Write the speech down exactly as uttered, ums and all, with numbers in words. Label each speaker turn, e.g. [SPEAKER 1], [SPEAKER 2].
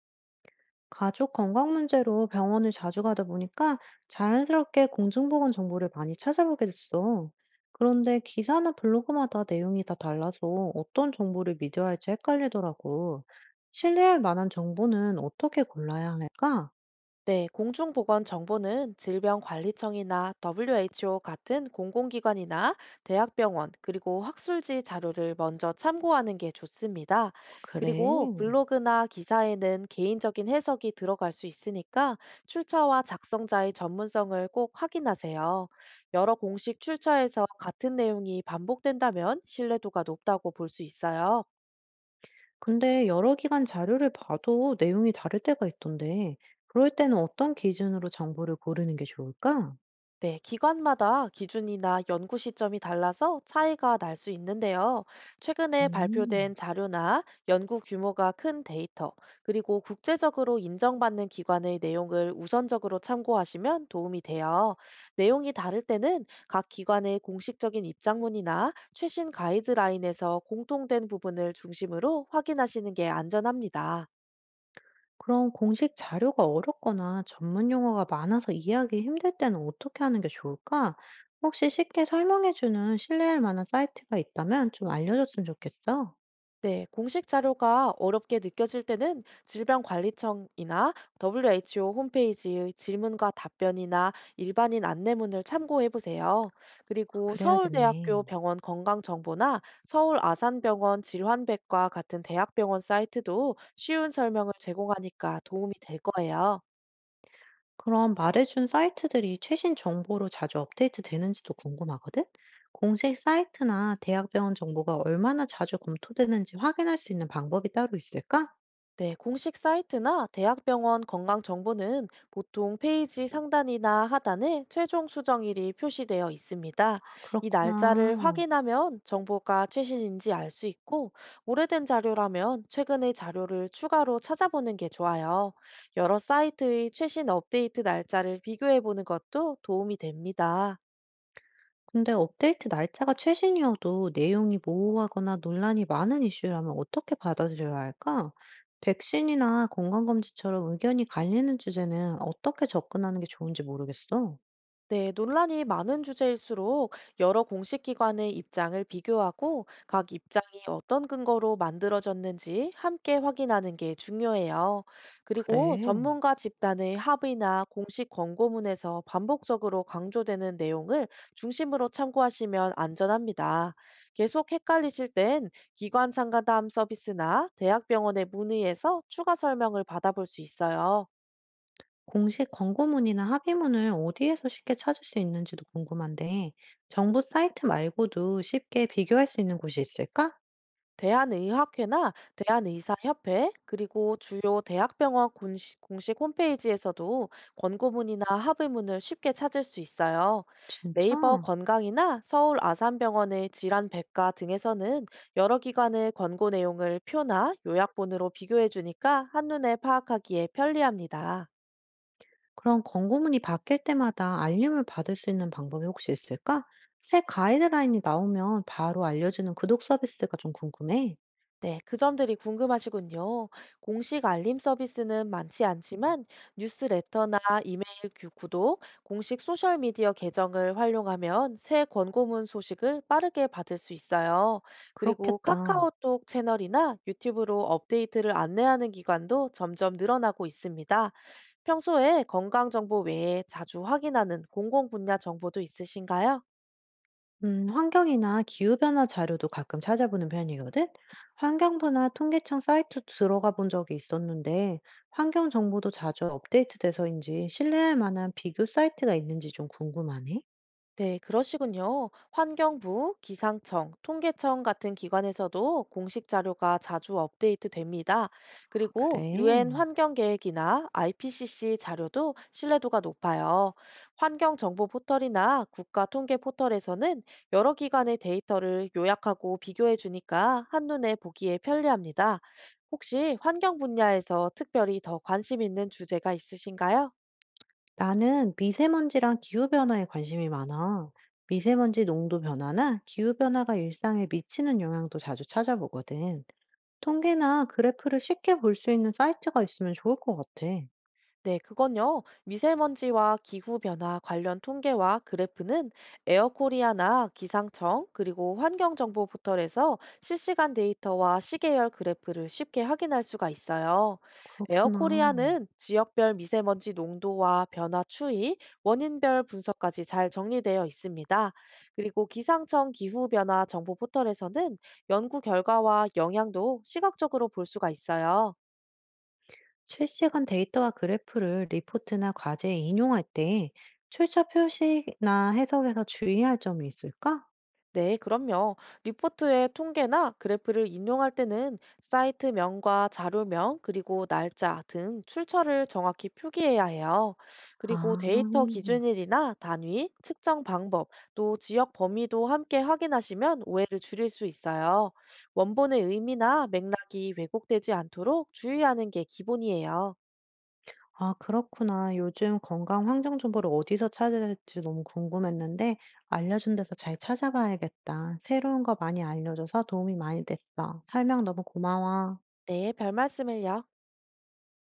[SPEAKER 1] 가족 건강 문제로 병원을 자주 가다 보니까 자연스럽게 공중보건 정보를 많이 찾아보게 됐어. 그런데 기사나 블로그마다 내용이 다 달라서 어떤 정보를 믿어야 할지 헷갈리더라고. 신뢰할 만한 정보는 어떻게 골라야 할까?
[SPEAKER 2] 네, 공중보건 정보는 질병관리청이나 더블유에이치오 같은 공공기관이나 대학병원, 그리고 학술지 자료를 먼저 참고하는 게 좋습니다. 그리고
[SPEAKER 1] 그래.
[SPEAKER 2] 블로그나 기사에는 개인적인 해석이 들어갈 수 있으니까 출처와 작성자의 전문성을 꼭 확인하세요. 여러 공식 출처에서 같은 내용이 반복된다면 신뢰도가 높다고 볼 수 있어요.
[SPEAKER 1] 근데 여러 기관 자료를 봐도 내용이 다를 때가 있던데, 그럴 때는 어떤 기준으로 정보를 고르는 게 좋을까?
[SPEAKER 2] 네, 기관마다 기준이나 연구 시점이 달라서 차이가 날 수 있는데요. 최근에 발표된
[SPEAKER 1] 음.
[SPEAKER 2] 자료나 연구 규모가 큰 데이터, 그리고 국제적으로 인정받는 기관의 내용을 우선적으로 참고하시면 도움이 돼요. 내용이 다를 때는 각 기관의 공식적인 입장문이나 최신 가이드라인에서 공통된 부분을 중심으로 확인하시는 게 안전합니다.
[SPEAKER 1] 그럼 공식 자료가 어렵거나 전문 용어가 많아서 이해하기 힘들 때는 어떻게 하는 게 좋을까? 혹시 쉽게 설명해주는 신뢰할 만한 사이트가 있다면 좀 알려줬으면 좋겠어.
[SPEAKER 2] 네, 공식 자료가 어렵게 느껴질 때는 질병관리청이나 더블유에이치오 홈페이지의 질문과 답변이나 일반인 안내문을 참고해 보세요. 그리고
[SPEAKER 1] 그래야겠네.
[SPEAKER 2] 서울대학교 병원 건강정보나 서울 아산병원 질환백과 같은 대학병원 사이트도 쉬운 설명을 제공하니까 도움이 될 거예요.
[SPEAKER 1] 그럼 말해준 사이트들이 최신 정보로 자주 업데이트 되는지도 궁금하거든? 공식 사이트나 대학병원 정보가 얼마나 자주 검토되는지 확인할 수 있는 방법이 따로 있을까?
[SPEAKER 2] 네, 공식 사이트나 대학병원 건강정보는 보통 페이지 상단이나 하단에 최종 수정일이 표시되어 있습니다.
[SPEAKER 1] 아,
[SPEAKER 2] 이 날짜를
[SPEAKER 1] 그렇구나.
[SPEAKER 2] 확인하면 정보가 최신인지 알 수 있고, 오래된 자료라면 최근의 자료를 추가로 찾아보는 게 좋아요. 여러 사이트의 최신 업데이트 날짜를 비교해 보는 것도 도움이 됩니다.
[SPEAKER 1] 근데 업데이트 날짜가 최신이어도 내용이 모호하거나 논란이 많은 이슈라면 어떻게 받아들여야 할까? 백신이나 건강검진처럼 의견이 갈리는 주제는 어떻게 접근하는 게 좋은지 모르겠어.
[SPEAKER 2] 네, 논란이 많은 주제일수록 여러 공식 기관의 입장을 비교하고 각 입장이 어떤 근거로 만들어졌는지 함께 확인하는 게 중요해요. 그리고
[SPEAKER 1] 그래.
[SPEAKER 2] 전문가 집단의 합의나 공식 권고문에서 반복적으로 강조되는 내용을 중심으로 참고하시면 안전합니다. 계속 헷갈리실 땐 기관 상담 서비스나 대학병원에 문의해서 추가 설명을 받아볼 수 있어요.
[SPEAKER 1] 공식 광고문이나 합의문을 어디에서 쉽게 찾을 수 있는지도 궁금한데, 정부 사이트 말고도 쉽게 비교할 수 있는 곳이 있을까?
[SPEAKER 2] 대한의학회나 대한의사협회 그리고 주요 대학병원 공식, 공식 홈페이지에서도 권고문이나 합의문을 쉽게 찾을 수 있어요.
[SPEAKER 1] 진짜?
[SPEAKER 2] 네이버 건강이나 서울 아산병원의 질환백과 등에서는 여러 기관의 권고 내용을 표나 요약본으로 비교해 주니까 한눈에 파악하기에 편리합니다.
[SPEAKER 1] 그럼 권고문이 바뀔 때마다 알림을 받을 수 있는 방법이 혹시 있을까? 새 가이드라인이 나오면 바로 알려주는 구독 서비스가 좀 궁금해.
[SPEAKER 2] 네, 그 점들이 궁금하시군요. 공식 알림 서비스는 많지 않지만 뉴스레터나 이메일 규- 구독, 공식 소셜미디어 계정을 활용하면 새 권고문 소식을 빠르게 받을 수 있어요. 그리고
[SPEAKER 1] 그렇겠다.
[SPEAKER 2] 카카오톡 채널이나 유튜브로 업데이트를 안내하는 기관도 점점 늘어나고 있습니다. 평소에 건강정보 외에 자주 확인하는 공공 분야 정보도 있으신가요?
[SPEAKER 1] 음, 환경이나 기후변화 자료도 가끔 찾아보는 편이거든? 환경부나 통계청 사이트 들어가 본 적이 있었는데, 환경 정보도 자주 업데이트돼서인지 신뢰할 만한 비교 사이트가 있는지 좀 궁금하네.
[SPEAKER 2] 네, 그러시군요. 환경부, 기상청, 통계청 같은 기관에서도 공식 자료가 자주 업데이트 됩니다. 그리고 유엔
[SPEAKER 1] 그래.
[SPEAKER 2] 환경계획이나 아이피씨씨 자료도 신뢰도가 높아요. 환경정보 포털이나 국가통계 포털에서는 여러 기관의 데이터를 요약하고 비교해 주니까 한눈에 보기에 편리합니다. 혹시 환경 분야에서 특별히 더 관심 있는 주제가 있으신가요?
[SPEAKER 1] 나는 미세먼지랑 기후변화에 관심이 많아. 미세먼지 농도 변화나 기후변화가 일상에 미치는 영향도 자주 찾아보거든. 통계나 그래프를 쉽게 볼 수 있는 사이트가 있으면 좋을 것 같아.
[SPEAKER 2] 네, 그건요. 미세먼지와 기후변화 관련 통계와 그래프는 에어코리아나 기상청 그리고 환경정보 포털에서 실시간 데이터와 시계열 그래프를 쉽게 확인할 수가 있어요.
[SPEAKER 1] 그렇구나.
[SPEAKER 2] 에어코리아는 지역별 미세먼지 농도와 변화 추이, 원인별 분석까지 잘 정리되어 있습니다. 그리고 기상청 기후변화 정보 포털에서는 연구 결과와 영향도 시각적으로 볼 수가 있어요.
[SPEAKER 1] 실시간 데이터와 그래프를 리포트나 과제에 인용할 때 출처 표시나 해석에서 주의할 점이 있을까?
[SPEAKER 2] 네, 그럼요. 리포트의 통계나 그래프를 인용할 때는 사이트명과 자료명, 그리고 날짜 등 출처를 정확히 표기해야 해요. 그리고
[SPEAKER 1] 아,
[SPEAKER 2] 데이터 기준일이나 단위, 측정 방법, 또 지역 범위도 함께 확인하시면 오해를 줄일 수 있어요. 원본의 의미나 맥락이 왜곡되지 않도록 주의하는 게 기본이에요.
[SPEAKER 1] 아, 그렇구나. 요즘 건강 환경 정보를 어디서 찾아야 될지 너무 궁금했는데, 알려준 데서 잘 찾아봐야겠다. 새로운 거 많이 알려줘서 도움이 많이 됐어. 설명 너무 고마워.
[SPEAKER 2] 네, 별 말씀을요.